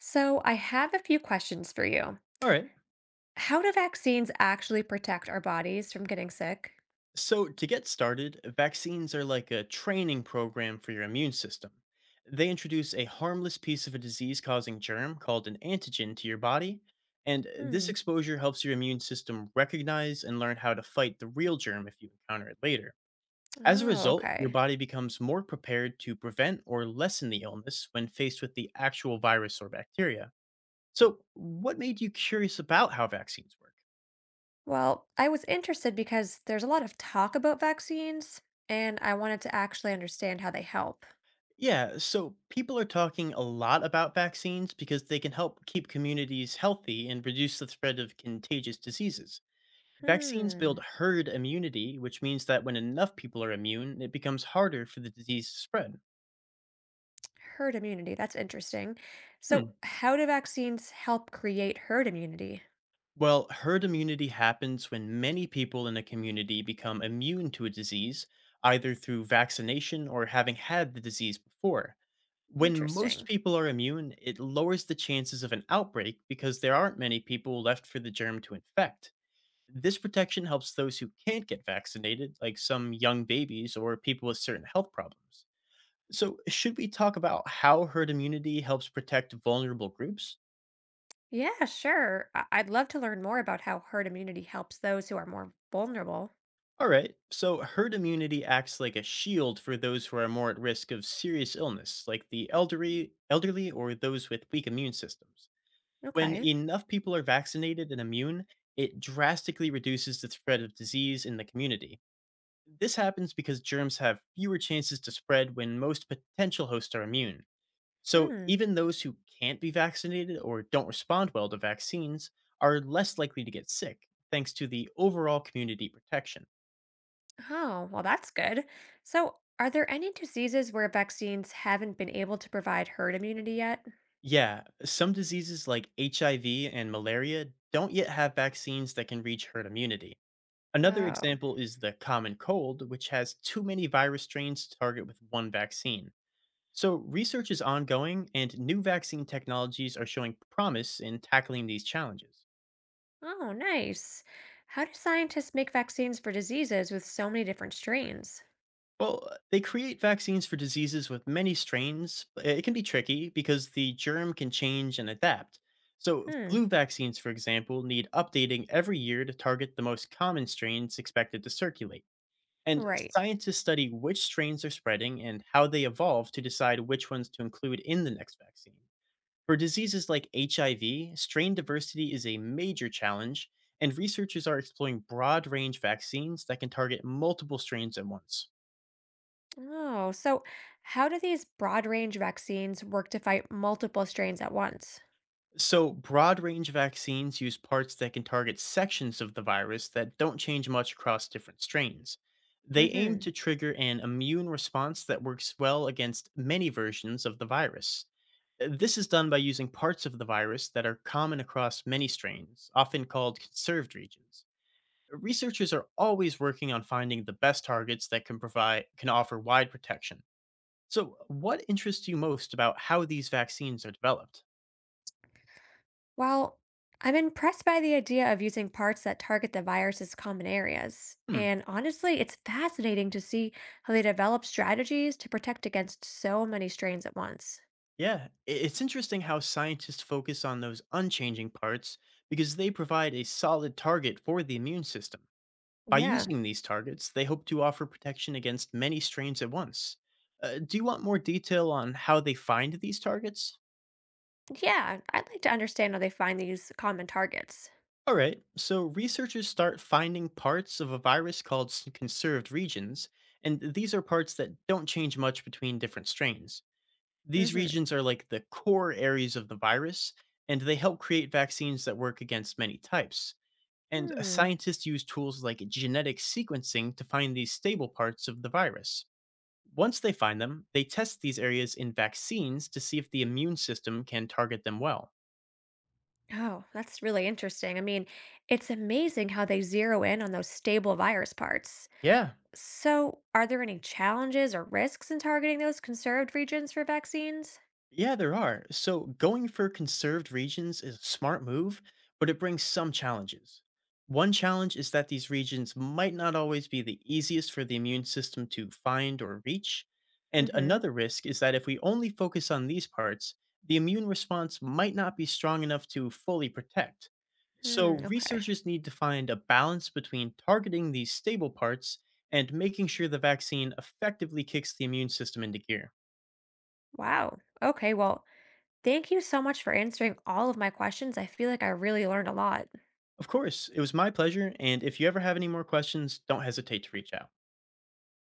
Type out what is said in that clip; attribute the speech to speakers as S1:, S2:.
S1: So, I have a few questions for you.
S2: All right.
S1: How do vaccines actually protect our bodies from getting sick?
S2: So, to get started, vaccines are like a training program for your immune system. They introduce a harmless piece of a disease causing germ called an antigen to your body, and this
S1: Hmm.
S2: exposure helps your immune system recognize and learn how to fight the real germ if you encounter it later. As a
S1: Oh,
S2: result, your
S1: okay.
S2: body becomes more prepared to prevent or lessen the illness when faced with the actual virus or bacteria. So, what made you curious about how vaccines work?
S1: Well, I was interested because there's a lot of talk about vaccines, and I wanted to actually understand how they help.
S2: Yeah, so people are talking a lot about vaccines because they can help keep communities healthy and reduce the spread of contagious diseases. Vaccines
S1: Hmm.
S2: build herd immunity, which means that when enough people are immune, it becomes harder for the disease to spread.
S1: Herd immunity. That's interesting. So, how do vaccines help create herd immunity?
S2: Well, herd immunity happens when many people in a community become immune to a disease, either through vaccination or having had the disease before. When most
S1: Interesting.
S2: people are immune, it lowers the chances of an outbreak because there aren't many people left for the germ to infect. This protection helps those who can't get vaccinated, like some young babies or people with certain health problems. So, should we talk about how herd immunity helps protect vulnerable groups?
S1: Yeah, sure. I'd love to learn more about how herd immunity helps those who are more vulnerable.
S2: All right, so herd immunity acts like a shield for those who are more at risk of serious illness, like the elderly, elderly or those with weak immune systems. When
S1: Okay.
S2: enough people are vaccinated and immune, it drastically reduces the spread of disease in the community. This happens because germs have fewer chances to spread when most potential hosts are immune. So,
S1: Hmm.
S2: even those who can't be vaccinated or don't respond well to vaccines are less likely to get sick, thanks to the overall community protection.
S1: Oh, well, that's good. So, are there any diseases where vaccines haven't been able to provide herd immunity yet?
S2: Yeah, some diseases like HIV and malaria don't yet have vaccines that can reach herd immunity. Another
S1: Oh,
S2: example is the common cold, which has too many virus strains to target with one vaccine. So, research is ongoing, and new vaccine technologies are showing promise in tackling these challenges.
S1: oh, nice. How do scientists make vaccines for diseases with so many different strains?
S2: Well, they create vaccines for diseases with many strains, but it can be tricky because the germ can change and adapt. So,
S1: Hmm,
S2: flu vaccines, for example, need updating every year to target the most common strains expected to circulate. And
S1: right.
S2: scientists study which strains are spreading and how they evolve to decide which ones to include in the next vaccine. For diseases like HIV, strain diversity is a major challenge, and researchers are exploring broad range vaccines that can target multiple strains at once.
S1: Oh, so how do these broad range vaccines work to fight multiple strains at once?
S2: So, broad range vaccines use parts that can target sections of the virus that don't change much across different strains.
S1: Mm
S2: They aim
S1: hmm.
S2: to trigger an immune response that works well against many versions of the virus. This is done by using parts of the virus that are common across many strains, often called conserved regions. Researchers are always working on finding the best targets that can provide can offer wide protection. So, what interests you most about how these vaccines are developed?
S1: Well, I'm impressed by the idea of using parts that target the virus's common areas.
S2: Hmm.
S1: And honestly, it's fascinating to see how they develop strategies to protect against so many strains at once.
S2: Yeah, it's interesting how scientists focus on those unchanging parts because they provide a solid target for the immune system. By
S1: Yeah.
S2: using these targets, they hope to offer protection against many strains at once. Do you want more detail on how they find these targets?
S1: Yeah, I'd like to understand how they find these common targets.
S2: All right, so researchers start finding parts of a virus called conserved regions, and these are parts that don't change much between different strains. These
S1: Mm-hmm.
S2: regions are like the core areas of the virus, and they help create vaccines that work against many types. And
S1: Hmm.
S2: scientists use tools like genetic sequencing to find these stable parts of the virus. Once they find them, they test these areas in vaccines to see if the immune system can target them well.
S1: Oh, that's really interesting. I mean, it's amazing how they zero in on those stable virus parts.
S2: Yeah,
S1: So, are there any challenges or risks in targeting those conserved regions for vaccines?
S2: Yeah, there are. So going for conserved regions is a smart move, but it brings some challenges. One challenge is that these regions might not always be the easiest for the immune system to find or reach. And
S1: Mm-hmm.
S2: another risk is that if we only focus on these parts, the immune response might not be strong enough to fully protect.
S1: Hmm.
S2: So
S1: Okay.
S2: researchers need to find a balance between targeting these stable parts and making sure the vaccine effectively kicks the immune system into gear.
S1: Wow. Okay. Well, thank you so much for answering all of my questions. I feel like I really learned a lot.
S2: Of course, it was my pleasure. And if you ever have any more questions, don't hesitate to reach out.